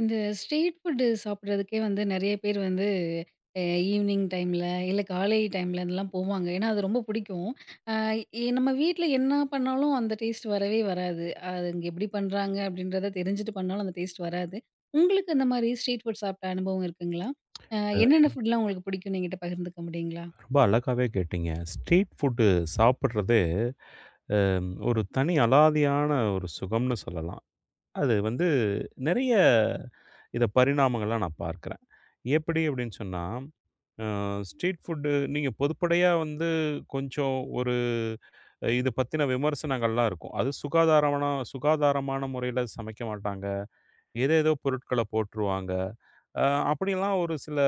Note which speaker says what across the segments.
Speaker 1: இந்த street food சாப்பிட்றதுக்கே வந்து நெறைய பேர் வந்து அ ஈவினிங் டைம்ல, இல்ல காலை டைம்ல இதெல்லாம் போவாங்க. ஏன்னா, அது ரொம்ப பிடிக்கும். அ எ நம்ம வீட்ல என்ன பண்ணாலும் அந்த டேஸ்ட் வரவே வராது. அது இங்க எப்படி பண்றாங்க அப்படின்றத தெரிஞ்சுட்டு பண்ணாலும் அந்த டேஸ்ட் வராது. உங்களுக்கு அந்த மாரி ஸ்ட்ரீட் ஃபுட் சாப்பிட்ட அனுபவம் இருக்குங்களா? அ என்னென்ன ஃபுட்லாம் உங்களுக்கு பிடிக்கும்னு என்கிட்ட பகிர்ந்துக்க முடியுங்களா?
Speaker 2: ரொம்ப அழகாவே கேட்டீங்க. ஸ்ட்ரீட் ஃபுட்டு சாப்பிடுறது ஒரு தனி அலாதியான ஒரு சுகம்னு சொல்லலாம். அது வந்து நெறைய இத பரிணாமங்கள்லாம் நான் பார்க்குறேன். எப்படி அப்படின்னு சொன்னா, அ ஸ்ட்ரீட் ஃபுட்டு நீங்க பொதுப்படையா வந்து கொஞ்சம் ஒரு இது பத்தின விமர்சனங்கள்லாம் இருக்கும். அது சுகாதாரமான சுகாதாரமான முறையில சமைக்க மாட்டாங்க. ஏதேதோ பொருட்கள போட்டுருவாங்க. அ அப்படிலாம் ஒரு சில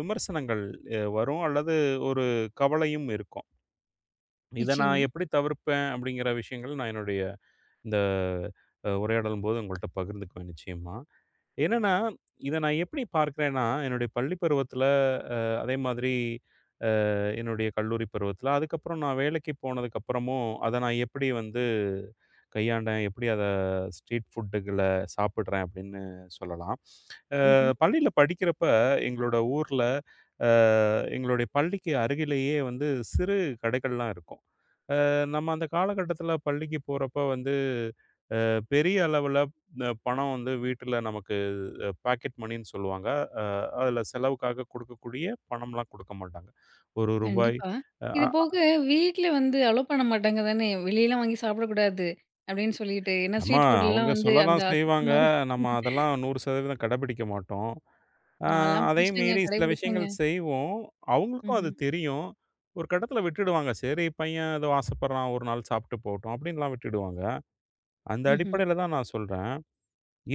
Speaker 2: விமர்சனங்கள் வரும் அல்லது ஒரு கவலையும் இருக்கும். இத நான்
Speaker 1: நிச்சயமா.
Speaker 2: எப்படி தவிர்ப்பேன் அப்படிங்கிற விஷயங்கள் நான் என்னுடைய இந்த உரையாடலும்போது உங்கள்ட்ட பகிர்ந்துக்குவேன் நிச்சயமா. என்னன்னா, இத நான் எப்படி பார்க்கிறேன்னா, என்னுடைய பள்ளி பருவத்தில, அ அதே மாதிரி என்னுடைய கல்லூரி பருவத்தில, அதுக்கப்புறம் நான் வேலைக்கு போனதுக்கப்புறமும் அத நான் எப்படி வந்து கையாண்டேன், எப்படி அத ஸ்ட்ரீட் ஃபுட்டுகள சாப்பிடுறேன் அப்படின்னு சொல்லலாம்.
Speaker 1: ம்ஹ்ம்.
Speaker 2: பள்ளியில படிக்கிறப்ப எங்களோட ஊர்ல, அ எங்களுடைய பள்ளிக்கு அருகிலேயே வந்து சிறு கடைகள்லாம் இருக்கும். நம்ம அந்த காலகட்டத்தில பள்ளிக்கு போறப்ப வந்து, பெரிய அளவுல பணம் வந்து வீட்ல நமக்கு பாக்கெட் மணின்னு சொல்லுவாங்க. அ அதில செலவுக்காக குடுக்கக்கூடிய பணம்லாம் குடுக்க மாட்டாங்க. ரூ. 1
Speaker 1: கண்டிப்பா.
Speaker 2: அ
Speaker 1: இது
Speaker 2: அ
Speaker 1: போக வீட்ல வந்து அலோ பண்ண மாட்டாங்க தானே! "வெளியலாம் வாங்கி சாப்பிடக்கூடாது." அப்படின்னு சொல்லிட்டு. ஏன்னா
Speaker 2: ஆமா.
Speaker 1: ஸ்ட்ரீட் ஃபுட்லாம்
Speaker 2: அவங்க
Speaker 1: வந்து அந்த
Speaker 2: சொல்லதான் செய்வாங்க.
Speaker 1: அசுத்தமா இருக்கும்.
Speaker 2: நம்ம அதெல்லாம் 100% கடைபிடிக்க மாட்டோம். ஆ
Speaker 1: நான்லாம்
Speaker 2: அதையும்
Speaker 1: பிடிச்சேங்க,
Speaker 2: மீறி சில
Speaker 1: கடைபிடிச்சேங்க.
Speaker 2: விஷயங்கள் செய்வோம். அவங்களுக்கும் அது
Speaker 1: ம்ஹ்ம்.
Speaker 2: தெரியும். ஒரு கட்டத்தில விட்டுடுவாங்க. சரி பையன் ஏதோ ஆசைப்படுறான், ஒரு நாள் சாப்பிட்டு போகட்டும் அப்படின்லாம் விட்டுடுவாங்க. அந்த
Speaker 1: ம்ஹ்ம்.
Speaker 2: அடிப்படையில தான் நான் சொல்றேன்.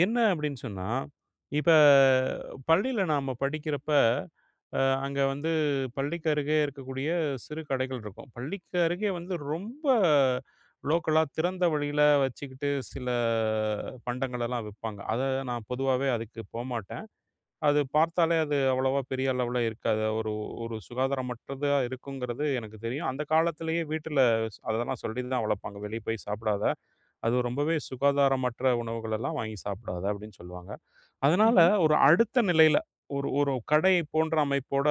Speaker 2: என்ன அப்படின்னு சொன்னா, இப்ப பள்ளியில நாம படிக்கிறப்ப, அங்க வந்து பள்ளிக்கு அருகே இருக்கக்கூடிய சிறு கடைகள் இருக்கும். பள்ளிக்கு அருகே வந்து ரொம்ப லோக்கலா திறந்த வழியில வச்சுக்கிட்டு சில பண்டங்கள் எல்லாம் விப்பாங்க. அத நான் பொதுவாவே அதுக்கு போமாட்டேன். அது பார்த்தாலே அது அவ்வளவா பெரிய அளவுல இருக்காது. ஒரு ஒரு சுகாதாரமற்றதா இருக்குங்கிறது எனக்கு தெரியும். அந்த காலத்திலேயே வீட்டுல அதெல்லாம் சொல்லி தான் வளர்ப்பாங்க. வெளிய போய் சாப்பிடாத. அது ரொம்பவே சுகாதாரமற்ற உணவுகளெல்லாம் வாங்கி சாப்பிடாத அப்படின்னு சொல்லுவாங்க. அதனால
Speaker 1: ம்ஹ்ம்.
Speaker 2: ஒரு அடுத்த நிலையில ஒரு ஒரு கடை போன்ற அமைப்போட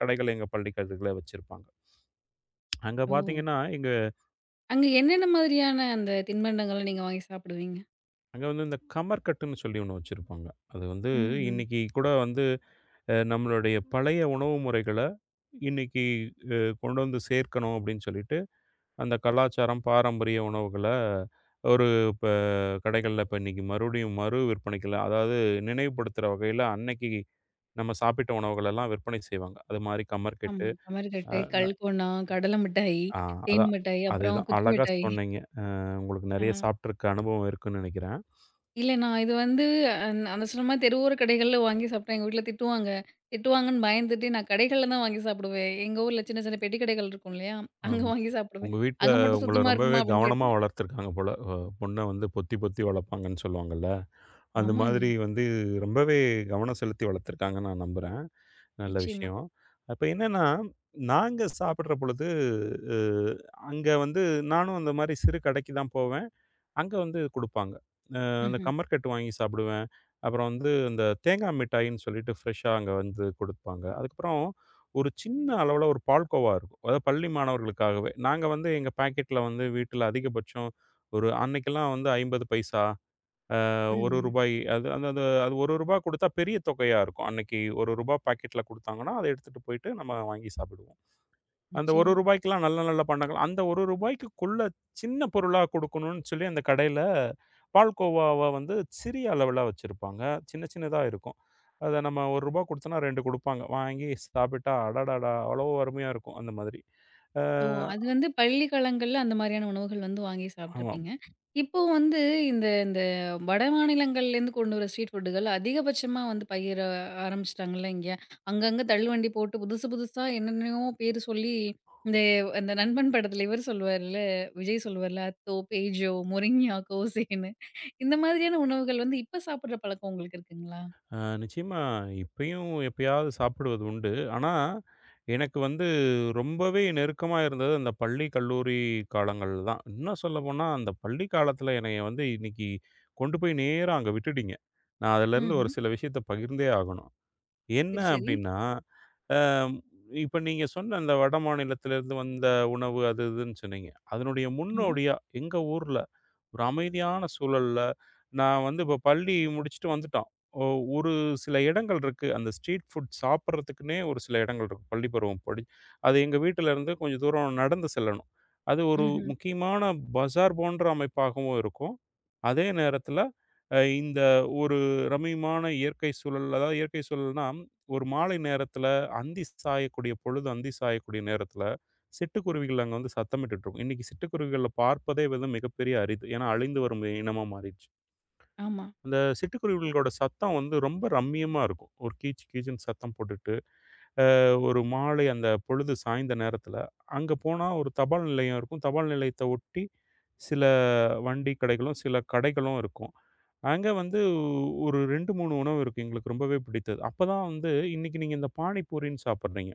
Speaker 2: கடைகள் எங்க பள்ளிக்கல்வில வச்சிருப்பாங்க. அங்க
Speaker 1: ஓ!
Speaker 2: பார்த்தீங்கன்னா,
Speaker 1: அங்க என்னென்ன மாதிரியான அந்த தின்பண்டங்கள நீங்க வாங்கி சாப்பிடுவீங்க?
Speaker 2: அங்க வந்து இந்த கமர்கட்டுன்னு சொல்லி ஒண்ணு வச்சிருப்பாங்க. அது வந்து
Speaker 1: ம்ஹ்ம்.
Speaker 2: இன்னைக்கு கூட வந்து நம்மளுடைய பழைய உணவு முறைகள இன்னைக்கு அ கொண்டு வந்து சேர்க்கணும் அப்படின்னு சொல்லிட்டு அந்த கலாச்சாரம், பாரம்பரிய உணவுகள ஒரு இப்ப கடைகள்ல இப்ப இன்னைக்கு மறுபடியும் மறு விற்பனைக்குலாம் அதாவது நினைவுபடுத்துற வகையில அன்னைக்கு நம்ம சாப்பிட்ட உணவுகள் எல்லாம் விற்பனை செய்வாங்க. அது மாரி கம்மர்கட்டு,
Speaker 1: ஆமா.
Speaker 2: அ
Speaker 1: கமருக்கட்டு, கல்கோனா, கடல மிட்டாய்,
Speaker 2: ஆ
Speaker 1: தேன்
Speaker 2: அதான்.
Speaker 1: மிட்டாய், அப்புறம்
Speaker 2: அதேதான்.
Speaker 1: குச்சி
Speaker 2: அழகா
Speaker 1: மிட்டாய்.
Speaker 2: சொன்னீங்க. உங்களுக்கு
Speaker 1: ஆ.
Speaker 2: நெறைய சாப்ட்டுருக்க அனுபவம் இருக்குன்னு நெனைக்கிறேன்.
Speaker 1: இல்ல நான் இது வந்து அந்த சொன்ன மாரி தெருவோர கடைகள்ல வாங்கி சாப்பிட்டா எங்க வீட்ல திட்டுவாங்க. திட்டுவாங்கன்னு பயந்துட்டு நான் கடைகள்ல தான் வாங்கி சாப்பிடுவேன். எங்க ஊர்ல சின்ன சின்ன பெட்டி கடைகள் இருக்கும் இல்லையா? அங்க
Speaker 2: ஆமா.
Speaker 1: வாங்கி சாப்பிடுவேன்.
Speaker 2: உங்க வீட்ல
Speaker 1: அங்க மட்டும்
Speaker 2: உங்கள
Speaker 1: சுத்தமா
Speaker 2: ரொம்பவே
Speaker 1: இருக்குமா? அப்படின்னு
Speaker 2: கவனமா
Speaker 1: கேட்டா,
Speaker 2: வளர்த்துருக்காங்க போல. பொண்ண வந்து பொத்தி பொத்தி வளர்ப்பாங்கன்னு சொல்லுவாங்கல்ல. அந்த
Speaker 1: ஆமாங்க.
Speaker 2: மாதிரி வந்து ரொம்பவே கவனம் செலுத்தி வளர்த்துருக்காங்கன்னு நான் நம்புறேன். நல்ல
Speaker 1: நிச்சயமா.
Speaker 2: விஷயம். அப்ப என்னன்னா, நாங்க சாப்பிடுற பொழுது அ அங்க வந்து நானும் அந்த மாரி சிறு கடைக்கு தான் போவேன். அங்க வந்து குடுப்பாங்க. அந்த
Speaker 1: ம்ஹ்ம்.
Speaker 2: கமர்கட்டு வாங்கி சாப்பிடுவேன். அப்புறம் வந்து அந்த தேங்காய் மிட்டாய்ன்னு சொல்லிட்டு ஃப்ரெஷ்ஷா அங்க வந்து குடுப்பாங்க. அதுக்கப்புறம் ஒரு சின்ன அளவுல ஒரு பால்கோவா இருக்கும். அதாவது பள்ளி மாணவர்களுக்காகவே. நாங்க வந்து எங்க பாக்கெட்ல வந்து வீட்ல அதிகபட்சம் ஒரு அன்னைக்கெல்லாம் வந்து 50 பைசா.
Speaker 1: ம்.
Speaker 2: ரூ.
Speaker 1: ம்.
Speaker 2: 1 அது அந்த அது அது ரூ. 1 குடுத்தா பெரிய தொகையா இருக்கும். அன்னைக்கு ரூ. 1 பாக்கெட்ல குடுத்தாங்கன்னா, அத எடுத்துட்டு போயிட்டு நம்ம வாங்கி சாப்பிடுவோம். அந்த
Speaker 1: நிச்சயமா.
Speaker 2: ரூ. 1க்கெல்லாம் நல்ல நல்ல பண்டங்கள் அந்த ரூ. 1க்குள்ள சின்ன பொருளா குடுக்கணும்னு சொல்லி அந்த கடையில பால்கோவாவ வந்து சிறிய அளவுல வச்சிருப்பாங்க. சின்ன சின்னதா இருக்கும். அத நம்ம ரூ. 1 குடுத்தோம்னா 2 குடுப்பாங்க. வாங்கி சாப்பிட்டா அடடடா! அவ்வளோ அருமையா இருக்கும் அந்த மாதிரி. அ
Speaker 1: ஓ! அது வந்து பள்ளி காலங்கள்ல அந்த மாரியான உணவுகள் வந்து வாங்கி
Speaker 2: ஆமா.
Speaker 1: சாப்ட்டுருப்பீங்க. இப்போ வந்து இந்த இந்த வட மாநிலங்கள்லேருந்து கொண்டு வர ஸ்ட்ரீட் ஃபுட்டுகள் அதிகபட்சமா வந்து பகிர ஆரம்பிச்சுட்டாங்கல்ல இங்க. அங்கங்க தள்ளுவண்டி போட்டு புதுசு புதுசா என்னென்னயோ பேரு சொல்லி இந்த அந்த நண்பன் படத்துல இவரு சொல்லுவார்ல, விஜய் சொல்லுவார்ல, "அத்தோ, பேஜோ, முரிஞ்ஞா, கோசேன்னு" இந்த மாதிரியான உணவுகள் வந்து இப்ப சாப்பிடுற பழக்கம் உங்களுக்கு இருக்குங்களா?
Speaker 2: நிச்சயமா இப்பயும் எப்பயாவது சாப்பிடுவது உண்டு. ஆனா, எனக்கு வந்து ரொம்பவே நெருக்கமா இருந்தது அந்த பள்ளி, கல்லூரி காலங்கள் தான். இன்னும் சொல்லப்போனா, அந்த பள்ளி காலத்தில என்னைய வந்து இன்னைக்கு கொண்டு போய் நேரா அங்க விட்டுட்டீங்க. நான் அதிலேருந்து ஒரு
Speaker 1: ம்ஹ்ம்.
Speaker 2: சில விஷயத்த பகிர்ந்தே ஆகணும். என்ன
Speaker 1: சரி, சரி.
Speaker 2: அப்டின்னா, அ இப்ப நீங்க சொன்ன அந்த வடமாநிலத்திலேருந்து வந்த உணவு அது இதுன்னு சொன்னீங்க. அதனுடைய
Speaker 1: ஆமா.
Speaker 2: முன்னோடியா எங்க ஊர்ல ஒரு அமைதியான சூழல்ல, நான் வந்து இப்போ பள்ளி முடிச்சுட்டு வந்துட்டோம். ஒ ஒரு சில இடங்கள் இருக்கு. அந்த ஸ்ட்ரீட் ஃபுட் சாப்பிட்றதுக்குன்னே ஒரு சில இடங்கள் இருக்கு. பள்ளி பருவம் படி அது எங்க வீட்டிலருந்து கொஞ்சம் தூரம் நடந்து செல்லணும். அது ஒரு
Speaker 1: ம்ஹ்ம்.
Speaker 2: முக்கியமான பஜார் போன்ற அமைப்பாகவும் இருக்கும். அதே நேரத்தில இந்த ஒரு ரம்மியமான இயற்கை சூழல், அதாவது இயற்கை சூழல்னா, ஒரு மாலை நேரத்தில அந்தி சாயக்கூடிய பொழுது அந்தி சாயக்கூடிய நேரத்தில சிட்டுக்குருவிகள் அங்க வந்து சத்தமிட்டுட்டு இருக்கும். இன்னைக்கு சிட்டுக்குருவிகள பார்ப்பதே வந்து மிகப்பெரிய அரிது. ஏன்னா, அழிந்து வரும் இனமா மாறிடுச்சு.
Speaker 1: ஆமா,
Speaker 2: அந்த சிட்டுக்குருவிகளோட சத்தம் வந்து ரொம்ப ரம்மியமா இருக்கும். ஒரு கீச் கீச்சுன்னு சத்தம் போட்டுட்டு, ஒரு மாலை அந்த பொழுது சாய்ந்த நேரத்தில, அங்க போனா ஒரு தபால் நிலையம் இருக்கும். தபால் நிலையத்த ஒட்டி சில வண்டி கடைகளும், சில கடைகளும் இருக்கும். அங்க வந்து ஒரு 2, 3 உணவு இருக்கு எங்களுக்கு ரொம்பவே பிடித்தது. அப்பதான் வந்து இன்னைக்கு நீங்க இந்த பானிபூரின்னு சாப்பிடுறீங்க.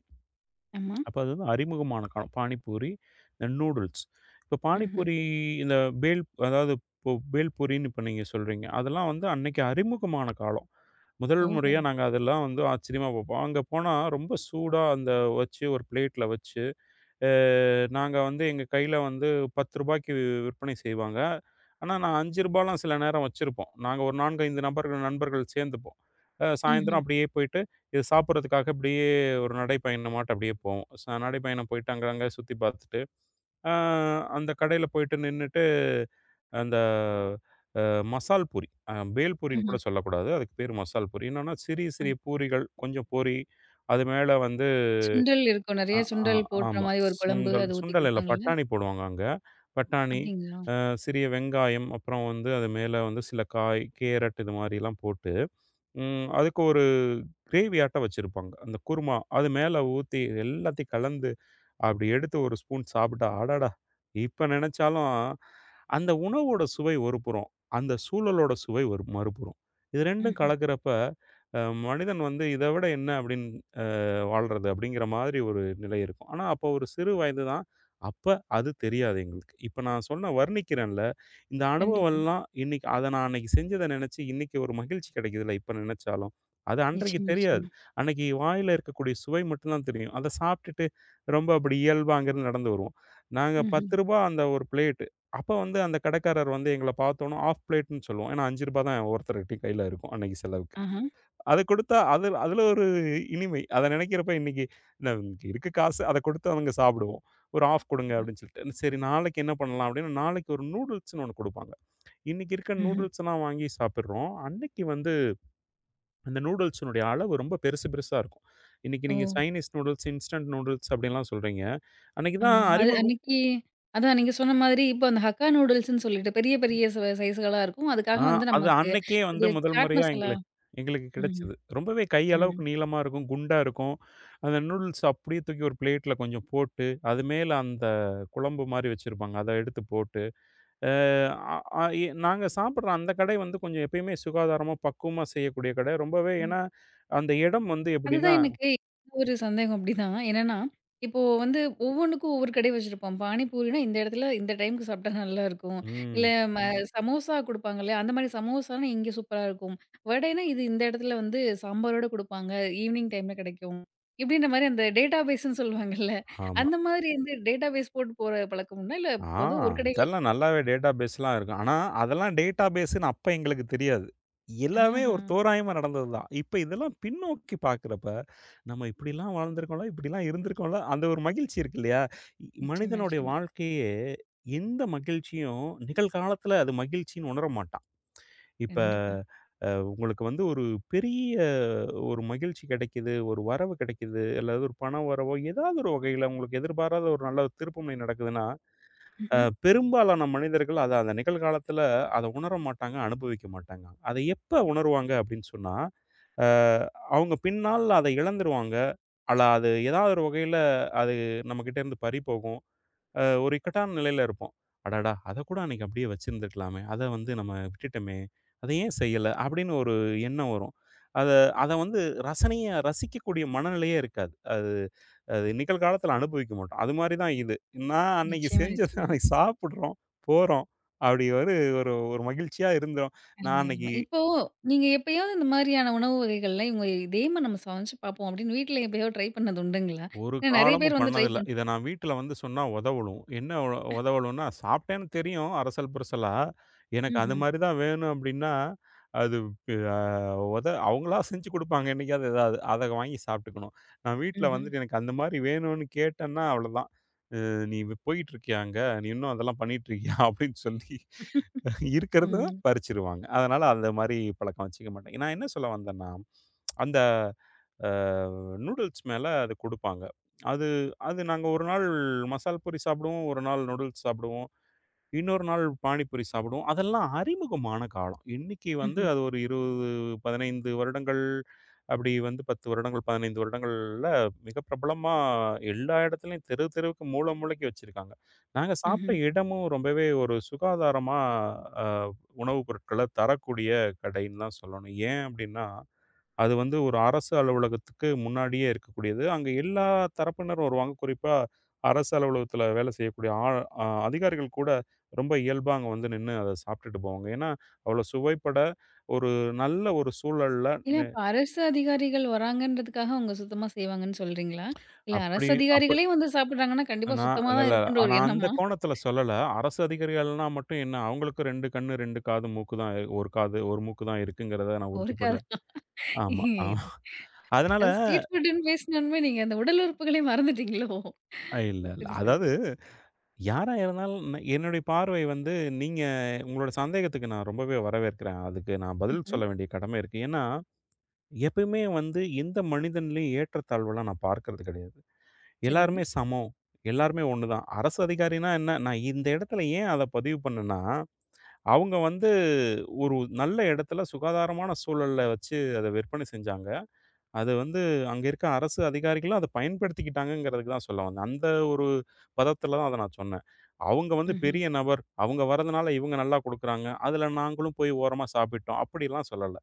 Speaker 1: ஆமா.
Speaker 2: அப்ப அது வந்து அறிமுகமான காலம். பானிபூரி, இந்த நூடுல்ஸ். இப்ப
Speaker 1: ம்ஹ்ம்.
Speaker 2: பானிபூரி இந்த பேல் அதாவது இப்போ பேல்பூரின்னு இப்ப நீங்க சொல்றீங்க. அதெல்லாம் வந்து அன்னைக்கு அறிமுகமான காலம். முதல்
Speaker 1: ஓஹோ!
Speaker 2: முறையா நாங்க அதெல்லாம் வந்து ஆச்சரியமா பார்ப்போம். அங்க போனா ரொம்ப சூடா வச்சு ஒரு பிளேட்ல வச்சு நாங்க வந்து எங்க கையில வந்து ரூ. 10க்கு விற்பனை செய்வாங்க. ஆனா, நான் ரூ. 5லாம் சில நேரம் வச்சிருப்போம். நாங்க ஒரு 4, 5 நபர்கள் நண்பர்கள் சேர்ந்துப்போம். சாயந்தரம்
Speaker 1: ம்ஹ்ம்,
Speaker 2: அப்படியே போயிட்டு, இது சாப்பிட்றதுக்காக அப்படியே ஒரு நடைப்பயணமாட்டம் அப்படியே போவோம். நடைப்பயணம் போயிட்டு அங்க, அங்க சுத்தி பார்த்துட்டு, அ அந்த கடையில போயிட்டு நின்னுட்டு, அந்த அ மசால் பூரி, பேல் பூரின்னு
Speaker 1: ம்ஹ்ம்.
Speaker 2: கூட சொல்லக்கூடாது. அதுக்கு பேரு மசால் பூரி. என்னன்னா, சிறிய சிறிய பூரிகள், கொஞ்சம் பொரி, அது மேல வந்து
Speaker 1: சுண்டல் இருக்கும். நெறைய
Speaker 2: அ, ஆ,
Speaker 1: சுண்டல் போட்ற
Speaker 2: ஆமா.
Speaker 1: மாரி ஒரு குழம்பு
Speaker 2: சுண்டல்
Speaker 1: அது ஊத்தி
Speaker 2: சுண்டல் இல்ல.
Speaker 1: குடுப்பாங்கல்ல?
Speaker 2: பட்டாணி போடுவாங்க அங்க. பட்டாணி,
Speaker 1: அப்டிங்களா?
Speaker 2: அ சிறிய வெங்காயம், அப்புறம் வந்து அது மேல வந்து சில காய், கேரட் இது மாரிலாம் போட்டு, அதுக்கு ஒரு கிரேவியாட்டம் வச்சிருப்பாங்க. அந்த குருமா. அது மேல ஊத்தி எல்லாத்தையும் கலந்து அப்படி எடுத்து ஒரு ஸ்பூன் சாப்பிட்டா, அடடா! இப்ப நெனச்சாலும், அந்த உணவோட சுவை ஒரு புறம். அந்த சூழலோட சுவை ஒரு மறுபுறம். இது 2ம்
Speaker 1: ம்ஹ்ம்.
Speaker 2: கலக்கிறப்ப, அ மனிதன் வந்து இத விட என்ன அப்படின்னு அ வாழ்றது அப்படிங்கிற மாதிரி ஒரு நிலை இருக்கும். ஆனா, அப்போ ஒரு சிறு வயது தான். அப்ப அது தெரியாது எங்களுக்கு. இப்ப நான் சொன்ன வர்ணிக்கிறேன்ல, இந்த
Speaker 1: கண்டிப்பா.
Speaker 2: அனுபவம்லாம் இன்னைக்கு அத நான் அன்னைக்கு செஞ்சத நெனச்சு இன்னைக்கு ஒரு மகிழ்ச்சி கிடைக்குதுல்ல, இப்ப நெனச்சாலும். அது அன்றைக்கு
Speaker 1: நிச்சயமா,
Speaker 2: தெரியாது.
Speaker 1: நிச்சயமா.
Speaker 2: அன்னைக்கு வாயில இருக்கக்கூடிய சுவை மட்டும் தான் தெரியும். அத சாப்பிட்டுட்டு ரொம்ப அப்படி இயல்பா அங்கேருந்து நடந்து வருவோம். நாங்க ரூ.
Speaker 1: ம்ஹ்ம்.
Speaker 2: 10 அந்த ஒரு பிளேட்டு. அப்ப வந்து அந்த கடைக்காரர் வந்து எங்கள பார்த்தோனே ஆஃப் பிளேட்ன்னு சொல்லுவோம். ஏன்னா ரூ. 5 தான் ஒருத்தர்கிட்டயும் கையில இருக்கும் அன்னைக்கு செலவுக்கு.
Speaker 1: ஆஹா.
Speaker 2: அது கொடுத்தா அது அதுல ஒரு இனிமை. அத நினைக்கிறப்ப இன்னைக்கு இந்த இருக்கு காசு அத கொடுத்து அவங்க சாப்பிடுவோம். ஒரு ஆஃப் கொடுங்க அப்படின்னு சொல்லிட்டு. சரி நாளைக்கு என்ன பண்ணலாம் அப்படின்னு நாளைக்கு ஒரு நூடுல்ஸ்ன்னு ஒண்ணு குடுப்பாங்க. இன்னைக்கு இருக்க
Speaker 1: ம்ஹ்ம்.
Speaker 2: நூடுல்ஸ்லாம் வாங்கி சாப்பிடுறோம். அன்னைக்கு வந்து அந்த நூடுல்ஸ்னுடைய அளவு ரொம்ப பெருசு பெருசா இருக்கும். இன்னைக்கு
Speaker 1: ஓ!
Speaker 2: நீங்க சைனீஸ் நூடுல்ஸ், இன்ஸ்டன்ட் நூடுல்ஸ் அப்படின்லாம் சொல்றீங்க. அன்னைக்கு தான்
Speaker 1: ஆமா. அது
Speaker 2: அறிமுக
Speaker 1: அன்னைக்கு அதான் நீங்க சொன்ன மாதிரி இப்போ அந்த ஹக்கா நூடுல்ஸ்ன்னு சொல்லிட்டு பெரிய பெரிய சைஸ்களா இருக்கும். அதுக்காக
Speaker 2: ஆ,
Speaker 1: வந்து
Speaker 2: அது
Speaker 1: நமக்கு
Speaker 2: அன்னைக்கே வந்து
Speaker 1: இது
Speaker 2: முதல்
Speaker 1: சாட்
Speaker 2: முறையா
Speaker 1: மசாலா.
Speaker 2: எங்களுக்கு
Speaker 1: ம்ஹ்ம்.
Speaker 2: கிடைச்சது. ரொம்பவே கை
Speaker 1: ம்.
Speaker 2: அளவுக்கு நீளமா இருக்கும், குண்டா இருக்கும். அந்த நூடுல்ஸ் அப்படியே தூக்கி ஒரு பிளேட்ல கொஞ்சம் போட்டு, அது மேல அந்த குழம்பு மாரி வச்சிருப்பாங்க. அத எடுத்து போட்டு, அ அ எ நாங்க சாப்பிடுற அந்த கடை வந்து கொஞ்சம் எப்பயுமே சுகாதாரமா, பக்குவமா செய்யக்கூடிய கடை. ரொம்பவே ஏன்னா, அந்த இடம் வந்து
Speaker 1: அதுதான்
Speaker 2: எப்படின்னா
Speaker 1: எனக்கு ஒரு சந்தேகம் அப்படிதான். என்னன்னா, இப்போ வந்து ஒவ்வொன்னுக்கும் ஒவ்வொரு கடை வச்சிருப்போம். பானிபூரினா இந்த இடத்துல இந்த டைம்க்கு சாப்பிட்டா நல்லாருக்கும். இல்ல
Speaker 2: ம்.
Speaker 1: ஆமா. சமோசா குடுப்பாங்கல்லையா, அந்த மாரி சமோசானா இங்க சூப்பரா இருக்கும். வடைனா இது இந்த இடத்துல வந்து சாம்பாரோட குடுப்பாங்க. ஈவினிங் டைம்ல கிடைக்கும். இப்படின்ற மாரி அந்த டேட்டாபேஸ்ன்னு சொல்லுவாங்கல்ல.
Speaker 2: ஆமா.
Speaker 1: அந்த மாதிரி வந்து டேட்டாபேஸ் போட்டு போற பழக்கம் உண்டா? இல்ல
Speaker 2: ஆ,
Speaker 1: ஏதோ ஒரு கடைகள்.
Speaker 2: அதெல்லாம் நல்லாவே டேட்டாபேஸ்லாம் இருக்கும். ஆனா, அதெல்லாம் டேட்டாபேஸ்ன்னு அப்ப எங்களுக்கு தெரியாது. எல்லாமே
Speaker 1: ஆஹ.
Speaker 2: ஒரு தோராயமா நடந்தது தான். இப்ப இதெல்லாம் பின்னோக்கி பார்க்கிறப்ப, நம்ம இப்படிலாம் வாழ்ந்திருக்கோம்ல, இப்படிலாம் இருந்திருக்கோம்ல, அந்த ஒரு மகிழ்ச்சி இருக்கு இல்லையா?
Speaker 1: நிச்சயமா,
Speaker 2: மனிதனுடைய
Speaker 1: நிச்சயமா.
Speaker 2: வாழ்க்கையே எந்த மகிழ்ச்சியும் நிகழ்காலத்துல அது மகிழ்ச்சின்னு உணர மாட்டான். இப்ப
Speaker 1: கண்டிப்பா.
Speaker 2: உங்களுக்கு வந்து ஒரு பெரிய ஒரு மகிழ்ச்சி கிடைக்குது, ஒரு வரவு கிடைக்குது, அல்லது ஒரு பண வரவோ, ஏதாவது ஒரு வகையில உங்களுக்கு எதிர்பாராத ஒரு நல்ல திருப்புமுனை நடக்குதுன்னா அ
Speaker 1: ம்ஹ்ம்.
Speaker 2: பெரும்பாலான மனிதர்கள் அத அந்த நிகழ்காலத்துல அத உணர மாட்டாங்க, அனுபவிக்க மாட்டாங்க. அத எப்ப உணருவாங்க அப்படின்னு சொன்னா, அ அவங்க பின்னால அத இழந்துருவாங்க. அல்ல அது ஏதாவது ஒரு வகையில அது நம்மகிட்ட இருந்து பறி போகும். ஒரு இக்கட்டான நிலையில இருப்போம். அடடா! அத கூட அன்னைக்கு அப்படியே வச்சிருந்துருக்கலாமே! அத வந்து நம்ம விட்டுட்டோமே! அத ஏன் செய்யல? அப்படின்னு ஒரு எண்ணம் வரும். அத அத வந்து ரசனையா ரசிக்கக்கூடிய மனநிலையே இருக்காது. அது அது நிகழ்காலத்தில அனுபவிக்க மாட்டோம். அது மாரி தான் இது. நான் அன்னைக்கு
Speaker 1: நிச்சயமா,
Speaker 2: செஞ்சது
Speaker 1: நிச்சயமா.
Speaker 2: அன்னைக்கு சாப்பிடுறோம், போறோம். அப்படி ஒரு ஒரு ஒரு மகிழ்ச்சியா இருந்தோம். நான்
Speaker 1: அருமை, அருமை.
Speaker 2: அன்னைக்கு
Speaker 1: இப்போ நீங்க எப்பயாவது இந்த மாதிரியான உணவு வகைகள்ல இவங்க இதேமா நம்ம சமைச்சு பார்ப்போம் அப்படின்னு வீட்ல எப்பயோ ட்ரை பண்ணது உண்டுங்களா?
Speaker 2: ஒரு
Speaker 1: ஏன்னா நெறைய பேர்
Speaker 2: காலமும்
Speaker 1: வந்து ட்ரை
Speaker 2: பண்ணதில்ல. இத நான் வீட்ல வந்து சொன்னா உதவலும். என்ன உதவலும்னா, சாப்பிட்டேன்னு தெரியும் அரசல் புரசலா. எனக்கு அது
Speaker 1: ம்ஹ்ம்,
Speaker 2: மாரி தான் வேணும் அப்படின்னா, அது பி அ உத அவங்களா செஞ்சு குடுப்பாங்க என்னைக்காவது ஏதாவது. அத வாங்கி சாப்பிட்டுக்கணும். நான் வீட்ல
Speaker 1: ம்ஹ்ம்,
Speaker 2: வந்துட்டு எனக்கு அந்த மாரி வேணும்னு கேட்டேன்னா அவ்வளோதான். "அ நீ போயிட்டு இருக்கியா அங்க? நீ இன்னும் அதெல்லாம் பண்ணிட்டு இருக்கியா?" அப்படின்னு சொல்லி இருக்கிறத
Speaker 1: ம்,
Speaker 2: பறிச்சுருவாங்க. அதனால அந்த மாரி பழக்கம் வச்சுக்க மாட்டேன். நான் என்ன சொல்ல வந்தேன்னா, அந்த நூடுல்ஸ் மேலே அது கொடுப்பாங்க. அது அது நாங்க ஒரு நாள் மசால் பூரி சாப்பிடுவோம், ஒரு நாள் நூடுல்ஸ் சாப்பிடுவோம். இன்னொரு நாள் பானிபூரி சாப்பிடுவோம். அதெல்லாம் அறிமுகமான காலம். இன்னைக்கு வந்து
Speaker 1: ம்ஹ்ம்,
Speaker 2: அது ஒரு 20, 15 வருடங்கள் அப்படி வந்து 10 வருடங்கள், 15 வருடங்கள்ல மிக பிரபலமா எல்லா இடத்துலயும் தெரு தெருவுக்கு மூல மூலைக்கு வச்சிருக்காங்க. நாங்க சாப்பிட்ட
Speaker 1: ம்ஹ்ம்.
Speaker 2: இடமும் ரொம்பவே ஒரு சுகாதாரமா அ உணவுப் பொருட்கள தரக்கூடிய கடைன்னு தான் சொல்லணும். ஏன் அப்படின்னா அது வந்து ஒரு அரசு அலுவலகத்துக்கு முன்னாடியே இருக்கக்கூடியது. அங்க எல்லா தரப்பினரும் வருவாங்க. குறிப்பா அரசு அலுவலகத்தில வேலை செய்யக்கூடிய ஆள் அ அதிகாரிகள் கூட ரொம்ப இயல்பா அங்க வந்து நின்னு அத சாப்பிட்டுட்டு போவாங்க. ஏன்னா, அவ்வளோ சுவைபட ஒரு நல்ல ஒரு சூழல்ல
Speaker 1: இல்ல
Speaker 2: நெ
Speaker 1: அப்ப அரசு அதிகாரிகள் வராங்கன்றதுக்காக அவங்க சுத்தமா செய்வாங்கன்னு சொல்றீங்களா? இல்ல
Speaker 2: அப்படி
Speaker 1: அரசு
Speaker 2: அப்ப
Speaker 1: அதிகாரிகளே வந்து சாப்பிடுறாங்கன்னா கண்டிப்பா
Speaker 2: நான்
Speaker 1: சுத்தமா தான்
Speaker 2: இல்லல்ல.
Speaker 1: இருக்குன்ற ஒரு
Speaker 2: நான் அந்த
Speaker 1: எண்ணமா?
Speaker 2: கோணத்தில சொல்லல. அரசு அதிகாரிகள்னா மட்டும் என்ன, அவங்களுக்கு 2 கண்ணு, 2 காது, மூக்கு தான் 1 காது, 1 மூக்கு தான் இருக்குங்கிறத நான்
Speaker 1: ஒரு
Speaker 2: உறுதிப்பட
Speaker 1: காரணம்.
Speaker 2: ஆமா, ஆமா. அதனால
Speaker 1: அது ஸ்ட்ரீட் ஃபுட்டுன்னு பேசினோனமே நீங்க அந்த உடல் உறுப்புகளே மறந்துட்டீங்களோ?
Speaker 2: இல்ல, இல்ல.
Speaker 1: சரி, சரி.
Speaker 2: அதாவது யாரா இருந்தாலும் என்னுடைய பார்வை வந்து நீங்க உங்களோட சந்தேகத்துக்கு நான் ரொம்பவே வரவேற்கிறேன். அதுக்கு நான் பதில்
Speaker 1: ம்ஹ்ம்.
Speaker 2: சொல்ல வேண்டிய கடமை இருக்கு. ஏன்னா, எப்பயுமே வந்து எந்த மனிதன்லயும் ஏற்றத்தாழ்வுலாம் நான் பார்க்கறது கிடையாது.
Speaker 1: சரிங்க.
Speaker 2: எல்லாருமே சமம். எல்லாருமே ஒண்ணு தான். அரசு அதிகாரின்னா என்ன? நான் இந்த இடத்துல ஏன் அத பதிவு பண்ணேன்னா, அவங்க வந்து ஒரு நல்ல இடத்துல சுகாதாரமான சூழல்ல வச்சு அத விற்பனை செஞ்சாங்க. அது வந்து அங்க இருக்க அரசு அதிகாரிகளும் அத பயன்படுத்திக்கிட்டாங்கங்கிறதுக்கு தான் சொல்ல வந்தேன். அந்த ஒரு பதத்துல தான் அத நான் சொன்னேன். அவங்க வந்து
Speaker 1: ம்ஹ்ம்.
Speaker 2: பெரிய நபர். அவங்க வர்றதுனால இவங்க நல்லா குடுக்குறாங்க. அதுல நாங்களும் போய் ஓரமா சாப்பிட்டோம். அப்படிலாம் சொல்லல.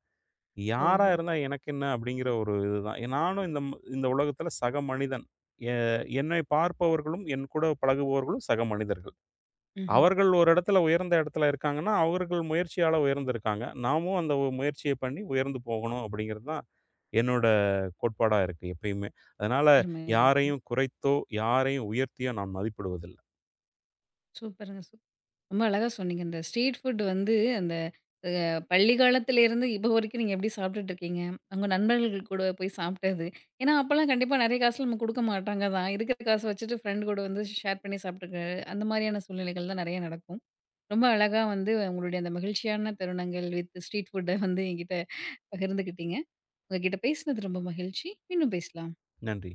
Speaker 2: யாரா
Speaker 1: ஓஹோ!
Speaker 2: இருந்தா எனக்கு என்ன அப்படிங்கிற ஒரு இதுதான். நானும் இந்த இந்த உலகத்துல சக மனிதன். எ என்னை பார்ப்பவர்களும், என் கூட பழகுபவர்களும் சக மனிதர்கள்.
Speaker 1: ம்ஹ்ம்.
Speaker 2: அவர்கள் ஒரு இடத்துல உயர்ந்த இடத்துல இருக்காங்கன்னா, அவர்கள் முயற்சியால உயர்ந்திருக்காங்க. நாமும் அந்த முயற்சிய பண்ணி உயர்ந்து போகணும் அப்படிங்கிறது தான் என்னோட கோட்பாடா இருக்கு எப்பயுமே. அதனால
Speaker 1: அருமை, அருமை.
Speaker 2: யாரையும் குறைத்தோ, யாரையும் உயர்த்தியோ நான் மதிப்பிடுவதில்ல.
Speaker 1: சூப்பருங்க. ரொம்ப அழகா சொன்னீங்க. இந்த ஸ்ட்ரீட் ஃபுட் வந்து அந்த அ பள்ளி காலத்திலேருந்து இப்போ வரைக்கும் நீங்க எப்படி சாப்பிட்டுட்டு இருக்கீங்க? உங்க நண்பர்கள் கூட போய் சாப்பிட்டது. ஏன்னா, அப்பலாம் கண்டிப்பா நெறைய காசுலாம் நம்ம குடுக்க மாட்டாங்க தான். இருக்கிற காச வச்சுட்டு ஃப்ரெண்ட் கூட வந்து ஷேர் பண்ணி சாப்பிட்டுக்க அந்த மாரியான சூழ்நிலைகள் தான் நெறைய நடக்கும். ரொம்ப அழகா வந்து உங்களுடைய அந்த மகிழ்ச்சியான தருணங்கள் வித் ஸ்ட்ரீட் ஃபுட்ட வந்து என்கிட்ட பகிர்ந்துக்கிட்டீங்க. உங்க கிட்ட பேசினது ரொம்ப மகிழ்ச்சி. மீண்டும் பேசலாம்.
Speaker 2: நன்றி.